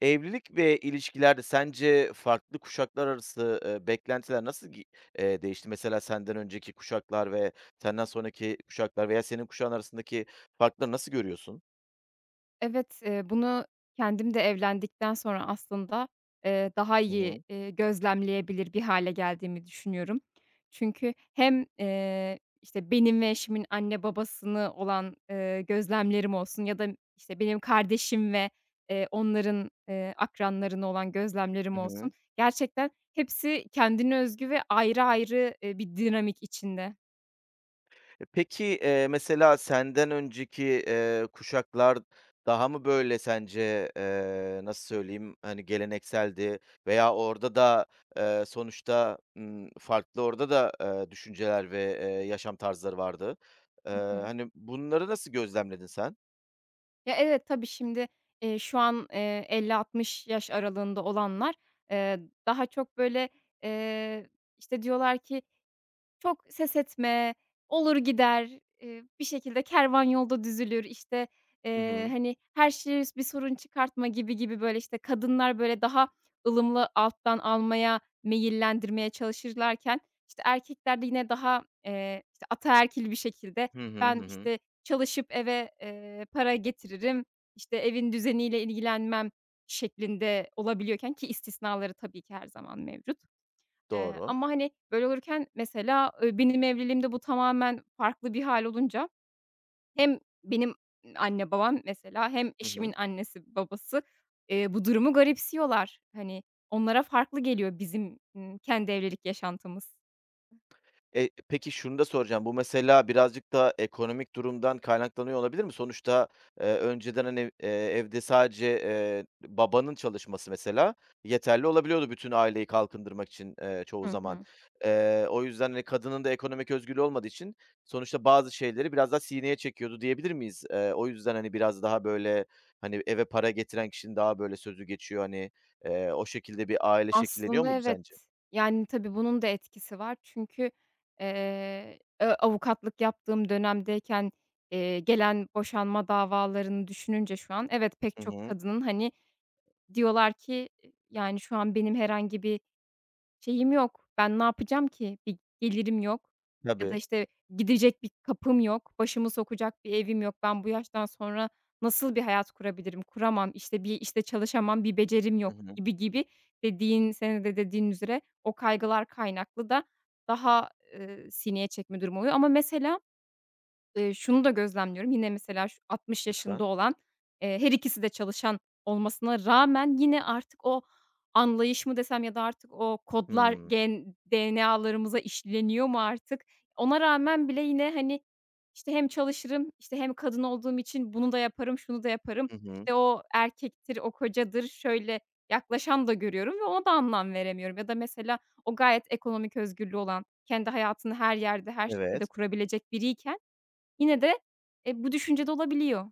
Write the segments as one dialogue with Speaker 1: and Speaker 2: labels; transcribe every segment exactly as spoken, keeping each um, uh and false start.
Speaker 1: Evlilik ve ilişkilerde sence farklı kuşaklar arası, eee, beklentiler nasıl gi eee, değişti? Mesela senden önceki kuşaklar ve senden sonraki kuşaklar veya senin kuşağın arasındaki farkları nasıl görüyorsun?
Speaker 2: Evet, eee, bunu kendim de evlendikten sonra aslında, eee, daha
Speaker 1: Hı
Speaker 2: iyi,
Speaker 1: hı.
Speaker 2: eee, gözlemleyebilir bir hale geldiğimi düşünüyorum. Çünkü hem, eee, işte, benim ve eşimin anne babasını olan, eee, gözlemlerim olsun ya da, işte, benim kardeşim ve, eee, onların, eee, akranlarına olan gözlemlerim
Speaker 1: Hı
Speaker 2: olsun.
Speaker 1: hı.
Speaker 2: Gerçekten hepsi kendine özgü ve ayrı ayrı, eee, bir dinamik içinde.
Speaker 1: Peki, eee, mesela senden önceki, eee, kuşaklar daha mı böyle sence, eee, nasıl söyleyeyim, hani, gelenekseldi veya orada da, eee, sonuçta, ımm, farklı orada da, eee, düşünceler ve, eee, yaşam tarzları vardı. Eee, Hani, bunları nasıl gözlemledin sen?
Speaker 2: Ya, evet, tabii şimdi, eee, şu an, eee, elli altmış yaş aralığında olanlar, eee, daha çok böyle, eee, işte, diyorlar ki çok ses etme, olur gider, eee, bir şekilde kervan yolda düzülür, işte,
Speaker 1: Hı
Speaker 2: eee,
Speaker 1: hı.
Speaker 2: hani, her şeye bir sorun çıkartma gibi gibi, böyle, işte, kadınlar, böyle, daha ılımlı alttan almaya, meyillendirmeye çalışırlarken, işte, erkekler de yine daha, eee, işte, ataerkil bir şekilde
Speaker 1: Hı hı,
Speaker 2: ben,
Speaker 1: hı hı.
Speaker 2: işte, çalışıp eve, eee, para getiririm, işte, evin düzeniyle ilgilenmem şeklinde olabiliyorken ki istisnaları tabii ki her zaman mevcut. Eee,
Speaker 1: Doğru.
Speaker 2: ama, hani, böyle olurken mesela, eee, benim evliliğimde bu tamamen farklı bir hâl olunca hem benim anne babam mesela hem
Speaker 1: Hı
Speaker 2: eşimin
Speaker 1: hı.
Speaker 2: annesi babası, eee, bu durumu garipsiyorlar. Hani, onlara farklı geliyor bizim, ımm, kendi evlilik yaşantımız.
Speaker 1: E, peki şunu da soracağım. Bu mesela birazcık da ekonomik durumdan kaynaklanıyor olabilir mi? Sonuçta, eee, önceden, hani, eee, evde sadece, eee, babanın çalışması mesela yeterli olabiliyordu bütün aileyi kalkındırmak için, eee, çoğu
Speaker 2: Hı
Speaker 1: zaman.
Speaker 2: hı.
Speaker 1: Eee, o yüzden, hani, kadının da ekonomik özgürlüğü olmadığı için sonuçta bazı şeyleri biraz daha sineye çekiyordu diyebilir miyiz? Eee, o yüzden, hani, biraz daha, böyle, hani, eve para getiren kişinin daha, böyle, sözü geçiyor, hani, eee, o şekilde bir aile şekilleniyor
Speaker 2: Aslında
Speaker 1: muydu
Speaker 2: evet.
Speaker 1: sence?
Speaker 2: Yani, tabii bunun da etkisi var. Çünkü, eee, ö avukatlık yaptığım dönemdeyken, eee, gelen boşanma davalarını düşününce şu an evet, pek
Speaker 1: Hı
Speaker 2: çok
Speaker 1: hı.
Speaker 2: kadının, hani, diyorlar ki, yani, şu an benim herhangi bir şeyim yok, ben ne yapacağım ki? Bir gelirim yok ya da,
Speaker 1: Tabii.
Speaker 2: işte, gidecek bir kapım yok, başımı sokacak bir evim yok. Ben bu yaştan sonra nasıl bir hayat kurabilirim? Kuramam. İşte, bir işte çalışamam, bir becerim
Speaker 1: Hı
Speaker 2: yok
Speaker 1: hı.
Speaker 2: gibi gibi dediğin, senin de dediğin üzere o kaygılar kaynaklı da daha, eee, sineye çekme durumu oluyor ama mesela Eee, şunu da gözlemliyorum, yine mesela şu altmış yaşında
Speaker 1: Lütfen.
Speaker 2: olan, eee, her ikisi de çalışan olmasına rağmen yine artık o anlayış mı desem ya da artık o kodlar
Speaker 1: Hımm.
Speaker 2: gen D N A'larımıza işleniyor mu artık? Ona rağmen bile yine, hani, işte, hem çalışırım, işte, hem kadın olduğum için bunu da yaparım, şunu da yaparım,
Speaker 1: Hı hı.
Speaker 2: işte, o erkektir, o kocadır, şöyle yaklaşan da görüyorum ve ona da anlam veremiyorum. Ya da mesela o gayet ekonomik özgürlüğü olan, kendi hayatını her yerde, her şekilde
Speaker 1: Evet.
Speaker 2: kurabilecek biriyken yine de, eee, bu düşüncede olabiliyor.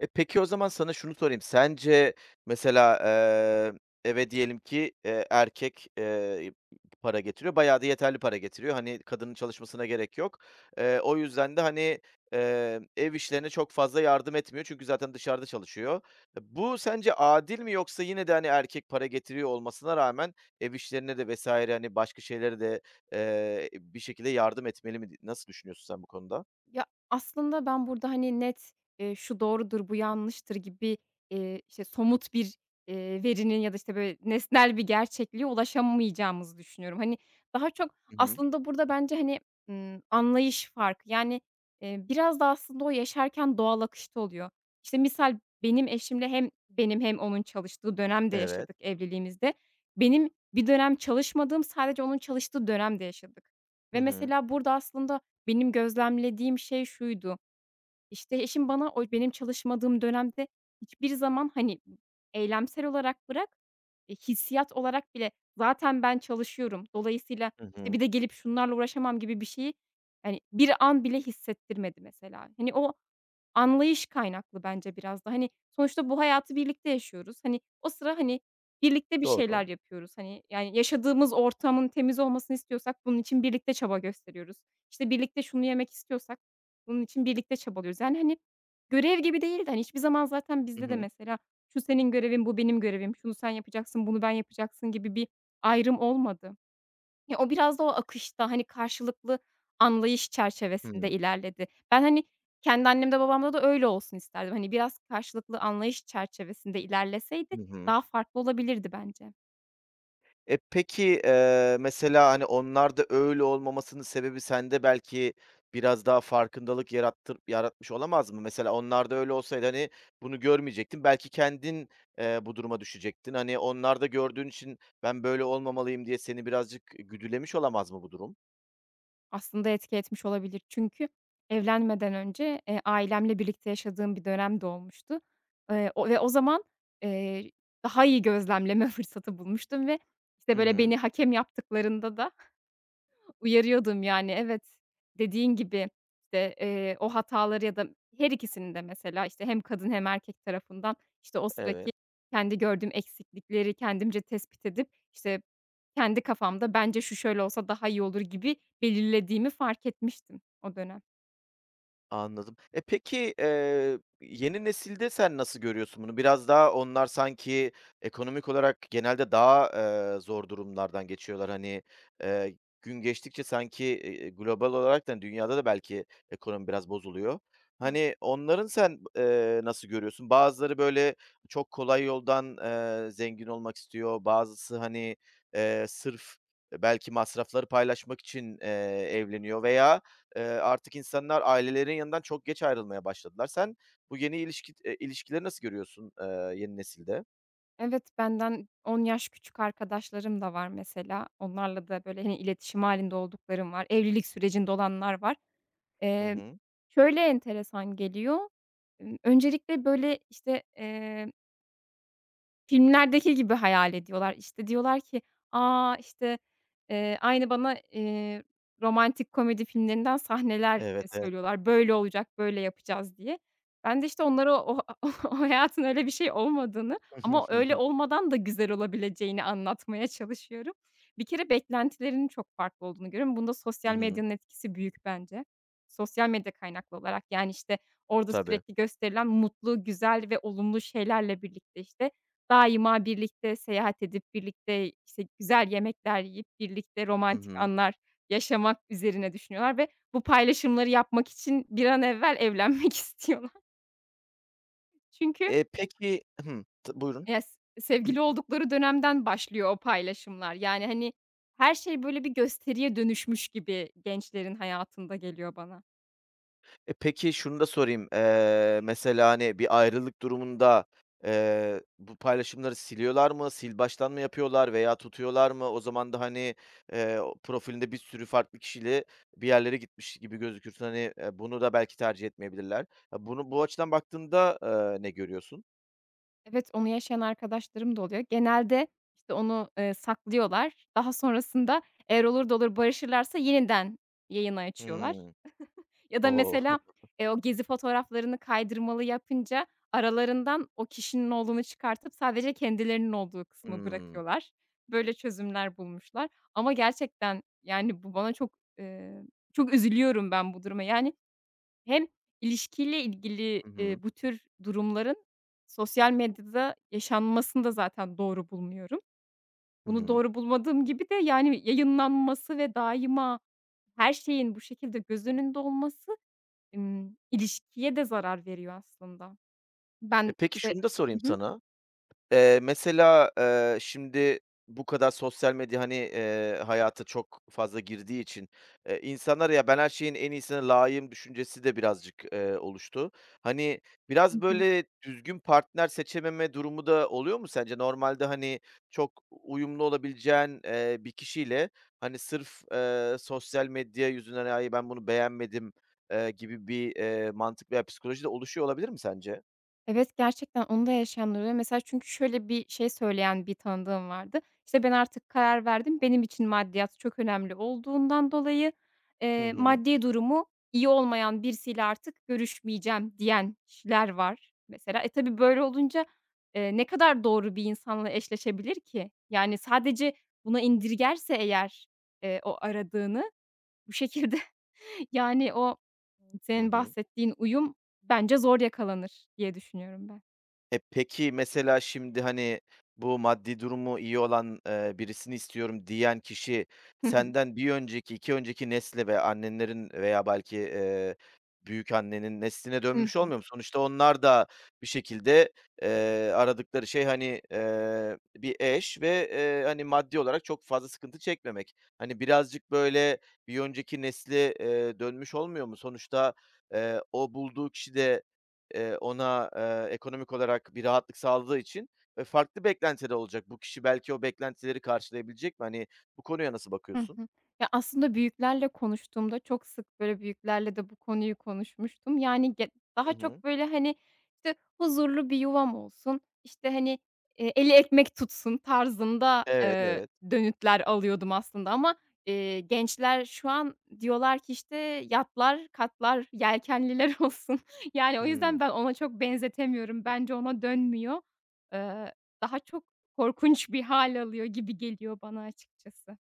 Speaker 1: E, peki o zaman sana şunu sorayım. Sence mesela, eee, eve diyelim ki, eee, erkek, eee, para getiriyor, bayağı da yeterli para getiriyor. Hani, kadının çalışmasına gerek yok. Eee, o yüzden de, hani, eee, ev işlerine çok fazla yardım etmiyor çünkü zaten dışarıda çalışıyor. E, bu sence adil mi yoksa yine de, hani, erkek para getiriyor olmasına rağmen ev işlerine de vesaire hani, başka şeylere de, eee, bir şekilde yardım etmeli mi? Nasıl düşünüyorsun sen bu konuda?
Speaker 2: Ya, aslında ben burada, hani, net, eee, şu doğrudur, bu yanlıştır gibi, eee, işte, somut bir, eee, verinin ya da, işte, böyle, nesnel bir gerçekliğe ulaşamayacağımızı düşünüyorum. Hani, daha çok
Speaker 1: Hı hı.
Speaker 2: aslında burada bence, hani, ımm, anlayış farkı. Yani, eee, biraz da aslında o yaşarken doğal akışta oluyor. İşte, misal benim eşimle hem benim hem onun çalıştığı dönemde
Speaker 1: Evet.
Speaker 2: yaşadık evliliğimizde. Benim bir dönem çalışmadığım, sadece onun çalıştığı dönemde yaşadık
Speaker 1: Hı
Speaker 2: ve
Speaker 1: hı.
Speaker 2: mesela burada aslında benim gözlemlediğim şey şuydu: işte, eşim bana o benim çalışmadığım dönemde hiçbir zaman, hani, eylemsel olarak bırak, e, hissiyat olarak bile zaten ben çalışıyorum, dolayısıyla,
Speaker 1: Hı
Speaker 2: işte,
Speaker 1: hı.
Speaker 2: bir de gelip şunlarla uğraşamam gibi bir şeyi, hani, bir an bile hissettirmedi mesela. Hani, o anlayış kaynaklı bence biraz da. Hani, sonuçta bu hayatı birlikte yaşıyoruz. Hani, o sıra, hani, birlikte bir
Speaker 1: Doğru.
Speaker 2: şeyler yapıyoruz. Hani, yani, yaşadığımız ortamın temiz olmasını istiyorsak bunun için birlikte çaba gösteriyoruz. İşte, birlikte şunu yemek istiyorsak bunun için birlikte çabalıyoruz. Yani, hani, görev gibi değil de, hani, hiçbir zaman zaten
Speaker 1: Hı
Speaker 2: bizde de
Speaker 1: hı.
Speaker 2: mesela şu senin görevin, bu benim görevim, şunu sen yapacaksın, bunu ben yapacaksın gibi bir ayrım olmadı. Ya, o biraz da o akışta, hani, karşılıklı anlayış çerçevesinde
Speaker 1: Hımm.
Speaker 2: ilerledi. Ben, hani, kendi annemde babamda da öyle olsun isterdim. Hani, biraz karşılıklı anlayış çerçevesinde ilerleseydi
Speaker 1: Hı hı.
Speaker 2: daha farklı olabilirdi bence.
Speaker 1: E, peki, eee, mesela, hani, onlarda öyle olmamasının sebebi sende belki biraz daha farkındalık yarattır yaratmış olamaz mı? Mesela onlarda öyle olsaydı, hani, bunu görmeyecektin. Belki kendin, eee, bu duruma düşecektin. Hani, onlarda gördüğün için ben böyle olmamalıyım diye seni birazcık güdülemiş olamaz mı bu durum?
Speaker 2: Aslında etki etmiş olabilir. Çünkü evlenmeden önce, eee, ailemle birlikte yaşadığım bir dönem de olmuştu. Eee, o ve o zaman, eee, daha iyi gözlemleme fırsatı bulmuştum ve, işte,
Speaker 1: Hı
Speaker 2: böyle,
Speaker 1: hı.
Speaker 2: beni hakem yaptıklarında da uyarıyordum yani, evet. Dediğin gibi, işte, eee, o hataları ya da her ikisini de mesela, işte, hem kadın hem erkek tarafından, işte, o sıraki
Speaker 1: Evet.
Speaker 2: kendi gördüğüm eksiklikleri kendimce tespit edip, işte, kendi kafamda bence şu şöyle olsa daha iyi olur gibi belirlediğimi fark etmiştim o dönem.
Speaker 1: Anladım. E, peki, eee, yeni nesilde sen nasıl görüyorsun bunu? Biraz daha onlar sanki ekonomik olarak genelde daha, eee, zor durumlardan geçiyorlar. Hani, eee, gün geçtikçe sanki, eee, global olarak da dünyada da belki ekonomi biraz bozuluyor.
Speaker 2: Hı.
Speaker 1: Hani, onların sen, eee, nasıl görüyorsun? Bazıları böyle çok kolay yoldan, eee, zengin olmak istiyor. Bazısı, hani, eee, sırf belki masrafları paylaşmak için, eee, evleniyor veya Eee, artık insanlar ailelerin yanından çok geç ayrılmaya başladılar. Sen bu yeni ilişki eee, ilişkileri nasıl görüyorsun, eee, yeni nesilde?
Speaker 2: Evet, benden on yaş küçük arkadaşlarım da var mesela. Onlarla da, böyle, hani, iletişim halinde olduklarım var. Evlilik sürecinde olanlar var.
Speaker 1: Hı
Speaker 2: Eee,
Speaker 1: hı.
Speaker 2: şöyle enteresan geliyor Imm, öncelikle, böyle, işte, eee, filmlerdeki gibi hayal ediyorlar. İşte, diyorlar ki, "A, işte, eee, aynı bana, eee, romantik komedi filmlerinden sahneler,
Speaker 1: Evet,
Speaker 2: eee,
Speaker 1: evet.
Speaker 2: söylüyorlar. Böyle olacak, böyle yapacağız." diye. Ben de, işte, onlara o o o hayatın öyle bir şey olmadığını
Speaker 1: Hı hı,
Speaker 2: ama
Speaker 1: hı
Speaker 2: öyle
Speaker 1: hı.
Speaker 2: olmadan da güzel olabileceğini anlatmaya çalışıyorum. Bir kere beklentilerinin çok farklı olduğunu görüyorum. Bunda
Speaker 1: Hı
Speaker 2: sosyal
Speaker 1: hı.
Speaker 2: medyanın etkisi büyük bence. Sosyal medya kaynaklı olarak, yani, işte, orada
Speaker 1: Tabii.
Speaker 2: sürekli gösterilen mutlu, güzel ve olumlu şeylerle birlikte, işte, daima birlikte seyahat edip, birlikte, işte, güzel yemekler yiyip, birlikte
Speaker 1: Hı
Speaker 2: romantik
Speaker 1: hı.
Speaker 2: anlar yaşamak üzerine düşünüyorlar ve bu paylaşımları yapmak için bir an evvel evlenmek istiyorlar. Çünkü,
Speaker 1: Eee, peki. Hımm. T buyurun.
Speaker 2: eee, s sevgili oldukları dönemden başlıyor o paylaşımlar. Yani, hani, her şey böyle bir gösteriye dönüşmüş gibi gençlerin hayatında geliyor bana.
Speaker 1: E, peki şunu da sorayım. Eee, mesela, hani, bir ayrılık durumunda, eee, bu paylaşımları siliyorlar mı? Sil baştan mı yapıyorlar veya tutuyorlar mı? O zaman da, hani, eee, o profilinde bir sürü farklı kişiyle bir yerlere gitmiş gibi gözükürsün. Hani, eee, bunu da belki tercih etmeyebilirler. Ya, bunu bu açıdan baktığında, eee, ne görüyorsun?
Speaker 2: Evet, onu yaşayan arkadaşlarım da oluyor. Genelde, işte, onu, eee, saklıyorlar. Daha sonrasında eğer olur da olur barışırlarsa yeniden yayını açıyorlar.
Speaker 1: Hımm.
Speaker 2: Ya da
Speaker 1: O!
Speaker 2: mesela, eee, o gezi fotoğraflarını kaydırmalı yapınca aralarından o kişinin olduğunu çıkartıp sadece kendilerinin olduğu kısmı
Speaker 1: Hımm.
Speaker 2: bırakıyorlar. Böyle çözümler bulmuşlar ama gerçekten, yani, bu bana çok, eee, çok üzülüyorum ben bu duruma. Yani, hem ilişkiyle ilgili,
Speaker 1: Hı
Speaker 2: eee,
Speaker 1: hı.
Speaker 2: bu tür durumların sosyal medyada yaşanmasını da zaten doğru bulmuyorum.
Speaker 1: Hı
Speaker 2: Bunu
Speaker 1: hı.
Speaker 2: doğru bulmadığım gibi de, yani, yayınlanması ve daima her şeyin bu şekilde göz önünde olması Imm, ilişkiye de zarar veriyor aslında.
Speaker 1: E,
Speaker 2: Ben,
Speaker 1: peki
Speaker 2: işte
Speaker 1: şunu da
Speaker 2: Hı
Speaker 1: sorayım
Speaker 2: hı.
Speaker 1: sana. Eee, mesela, eee, şimdi bu kadar sosyal medya, hani, eee, hayata çok fazla girdiği için, eee, insanlar ya, "Ben her şeyin en iyisine layığım." düşüncesi de birazcık, eee, oluştu. Hani, biraz
Speaker 2: Hı hı.
Speaker 1: böyle düzgün partner seçememe durumu da oluyor mu sence? Normalde, hani, çok uyumlu olabileceğin, eee, bir kişiyle, hani, sırf, eee, sosyal medya yüzünden, "Ay, ben bunu beğenmedim." eee, gibi bir, eee, mantık veya psikoloji de oluşuyor olabilir mi sence?
Speaker 2: Evet, gerçekten onu da yaşayanlar oluyor. Mesela çünkü şöyle bir şey söyleyen bir tanıdığım vardı. İşte, "Ben artık karar verdim. Benim için maddiyat çok önemli olduğundan dolayı,
Speaker 1: Hı
Speaker 2: eee,
Speaker 1: hı.
Speaker 2: maddi durumu iyi olmayan birisiyle artık görüşmeyeceğim." diyen kişiler var mesela. E, tabii böyle olunca, eee, ne kadar doğru bir insanla eşleşebilir ki? Yani, sadece buna indirgerse eğer, eee, o aradığını bu şekilde yani, o
Speaker 1: Hı
Speaker 2: senin
Speaker 1: hı.
Speaker 2: bahsettiğin uyum bence zor yakalanır diye düşünüyorum ben.
Speaker 1: E, peki, mesela şimdi, hani, bu maddi durumu iyi olan, eee, birisini istiyorum diyen kişi
Speaker 2: Hı hı.
Speaker 1: senden bir önceki, iki önceki nesle ve annenlerin veya belki, e, büyük annenin nesline
Speaker 2: Hı
Speaker 1: dönmüş
Speaker 2: hı.
Speaker 1: olmuyor mu? Sonuçta onlar da bir şekilde, eee, aradıkları şey, hani, eee, bir eş ve, eee, hani, maddi olarak çok fazla sıkıntı çekmemek. Hani, birazcık böyle bir önceki nesle, eee, dönmüş olmuyor mu? Sonuçta, eee, o bulduğu kişi de Eee, ona, eee, ekonomik olarak bir rahatlık sağladığı için, eee, farklı beklentide olacak. Bu kişi belki o beklentileri karşılayabilecek mi? Hani, bu konuya nasıl
Speaker 2: Hı
Speaker 1: bakıyorsun?
Speaker 2: hı. Ya, aslında büyüklerle konuştuğumda çok sık, böyle, büyüklerle de bu konuyu konuşmuştum. Yani, ge
Speaker 1: Hı
Speaker 2: daha
Speaker 1: hı.
Speaker 2: çok, böyle, hani, işte, huzurlu bir yuvam olsun, işte, hani, eee, eli ekmek tutsun tarzında,
Speaker 1: Evet,
Speaker 2: eee,
Speaker 1: evet.
Speaker 2: dönütler alıyordum aslında ama, eee, gençler şu an diyorlar ki, işte, "Yatlar, katlar, yelkenliler olsun." Yani, o yüzden
Speaker 1: Hıı.
Speaker 2: ben ona çok benzetemiyorum. Bence ona dönmüyor. Eee, daha çok korkunç bir hal alıyor gibi geliyor bana açıkçası.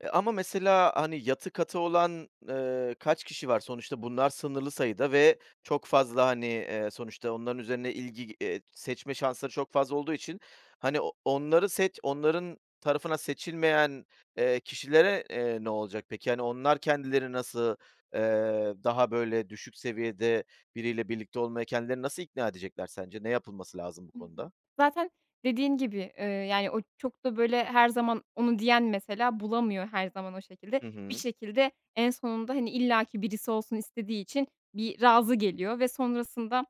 Speaker 1: E, ama mesela, hani, yatı katı olan, eee, kaç kişi var? Sonuçta bunlar sınırlı sayıda ve çok fazla, hani, eee, sonuçta onların üzerine ilgi, eee, seçme şansları çok fazla olduğu için, hani, o onları seç onların tarafına seçilmeyen, eee, kişilere, eee, ne olacak peki? Hani, onlar kendileri nasıl, eee, daha böyle düşük seviyede biriyle birlikte olmaya kendilerini nasıl ikna edecekler sence? Ne yapılması lazım bu
Speaker 2: Hı hı.
Speaker 1: konuda?
Speaker 2: Zaten dediğin gibi, eee, yani, o çok da, böyle, her zaman onu diyen mesela bulamıyor her zaman o şekilde.
Speaker 1: Hı
Speaker 2: Bir
Speaker 1: hı.
Speaker 2: şekilde en sonunda, hani, illaki birisi olsun istediği için bir razı geliyor ve sonrasında,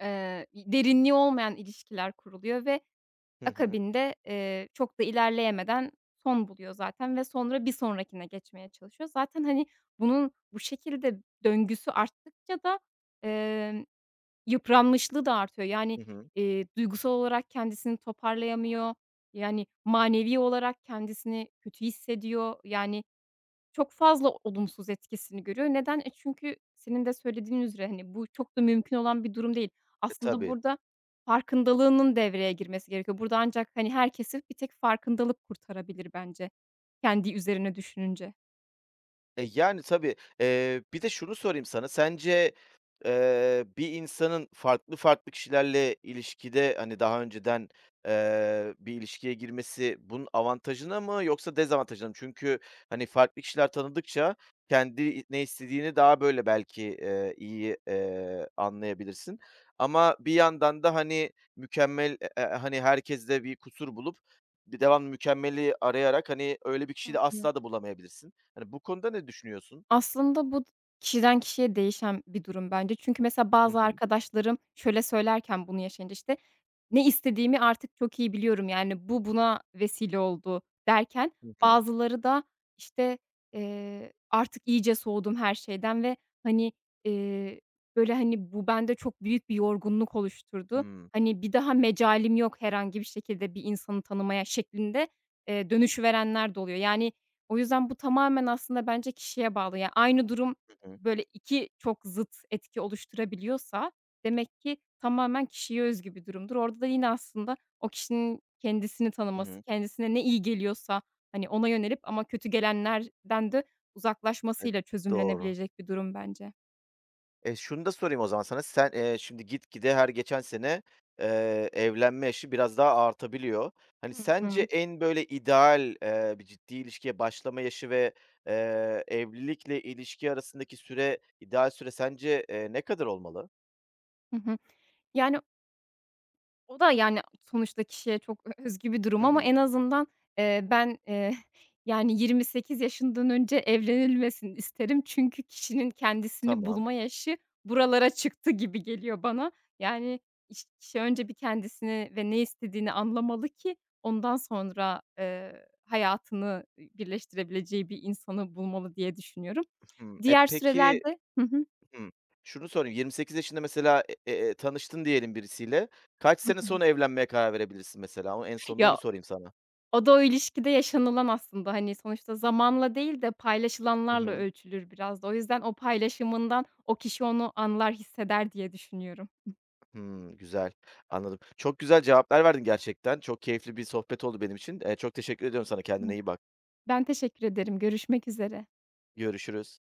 Speaker 2: eee, derinliği olmayan ilişkiler kuruluyor ve
Speaker 1: Hı hı.
Speaker 2: akabinde, eee, çok da ilerleyemeden son buluyor zaten ve sonra bir sonrakine geçmeye çalışıyor. Zaten, hani, bunun bu şekilde döngüsü arttıkça da, emm, yıpranmışlığı da artıyor. Yani,
Speaker 1: Hı hı.
Speaker 2: eee, duygusal olarak kendisini toparlayamıyor. Yani, manevi olarak kendisini kötü hissediyor. Yani, çok fazla olumsuz etkisini görüyor. Neden? E, çünkü senin de söylediğin üzere, hani, bu çok da mümkün olan bir durum değil.
Speaker 1: E,
Speaker 2: Aslında
Speaker 1: tabii.
Speaker 2: burada farkındalığının devreye girmesi gerekiyor. Burada ancak, hani, herkesi bir tek farkındalık kurtarabilir bence kendi üzerine düşününce.
Speaker 1: E, yani tabii. Eee, bir de şunu sorayım sana. Sence, eee, bir insanın farklı farklı kişilerle ilişkide, hani, daha önceden, eee, bir ilişkiye girmesi bunun avantajına mı yoksa dezavantajına mı? Çünkü, hani, farklı kişiler tanıdıkça kendi ne istediğini daha böyle belki, eee, iyi, eee, anlayabilirsin. Ama bir yandan da, hani, mükemmel, e e hani, herkeste bir kusur bulup bir devamlı mükemmeli arayarak, hani, öyle bir kişiyi
Speaker 2: Hı
Speaker 1: de
Speaker 2: hı.
Speaker 1: asla da bulamayabilirsin. Hani, bu konuda ne düşünüyorsun?
Speaker 2: Aslında bu kişiden kişiye değişen bir durum bence. Çünkü mesela
Speaker 1: Hı
Speaker 2: bazı
Speaker 1: hı.
Speaker 2: arkadaşlarım şöyle söylerken bunu yaşayınca, işte, "Ne istediğimi artık çok iyi biliyorum, yani, bu buna vesile oldu." derken
Speaker 1: Hı hı.
Speaker 2: bazıları da, işte, eee, "Artık iyice soğudum her şeyden ve, hani, eee, böyle, hani, bu bende çok büyük bir yorgunluk oluşturdu.
Speaker 1: Hımm.
Speaker 2: Hani, bir daha mecalim yok herhangi bir şekilde bir insanı tanımaya." şeklinde, eee, dönüşü verenler de oluyor. Yani, o yüzden bu tamamen aslında bence kişiye bağlı. Yani aynı durum,
Speaker 1: Hı hı.
Speaker 2: böyle, iki çok zıt etki oluşturabiliyorsa demek ki tamamen kişiye özgü bir durumdur. Orada da yine aslında o kişinin kendisini
Speaker 1: Hı
Speaker 2: tanıması,
Speaker 1: hı.
Speaker 2: kendisine ne iyi geliyorsa, hani, ona yönelip ama kötü gelenlerden de
Speaker 1: E,
Speaker 2: uzaklaşmasıyla
Speaker 1: doğru.
Speaker 2: çözümlenebilecek bir durum bence.
Speaker 1: E, şunu da sorayım o zaman sana. Sen, eee, şimdi gitgide her geçen sene, eee, evlenme yaşı biraz daha artabiliyor. Hani,
Speaker 2: Hı
Speaker 1: sence
Speaker 2: hı.
Speaker 1: en böyle ideal, eee, bir ciddi ilişkiye başlama yaşı ve, eee, evlilikle ilişki arasındaki süre, ideal süre sence, eee, ne kadar olmalı?
Speaker 2: Hı hı. Yani o da, yani, sonuçta kişiye çok ö özgü bir durum
Speaker 1: Hı
Speaker 2: ama
Speaker 1: hı.
Speaker 2: en azından, eee, ben, eee, yani, yirmi sekiz yaşından önce evlenilmesini isterim. Çünkü kişinin kendisini
Speaker 1: Tamam.
Speaker 2: bulma yaşı buralara çıktı gibi geliyor bana. Yani, iş kişi önce bir kendisini ve ne istediğini anlamalı ki ondan sonra, eee, hayatını, birleştirebileceği bir insanı bulmalı diye düşünüyorum.
Speaker 1: Hımm. E,
Speaker 2: Diğer
Speaker 1: peki.
Speaker 2: sürelerde Hı hı. Hı hı.
Speaker 1: Hımm. Şunu sorayım, yirmi sekiz yaşında mesela, e eee, tanıştın diyelim birisiyle. Kaç sene sonra evlenmeye karar verebilirsin mesela? O en sonunda onu
Speaker 2: Ya,
Speaker 1: sorayım sana.
Speaker 2: o da o ilişkide yaşanılan aslında, hani, sonuçta zamanla değil de
Speaker 1: Hı
Speaker 2: paylaşılanlarla
Speaker 1: hı.
Speaker 2: ölçülür biraz da. O yüzden o paylaşımından o kişi onu anlar, hisseder diye düşünüyorum.
Speaker 1: Hımm, güzel. Anladım. Çok güzel cevaplar verdin gerçekten. Çok keyifli bir sohbet oldu benim için. Eee, çok teşekkür ediyorum sana.
Speaker 2: Hı.
Speaker 1: Kendine iyi bak.
Speaker 2: Ben teşekkür ederim. Görüşmek üzere.
Speaker 1: Görüşürüz.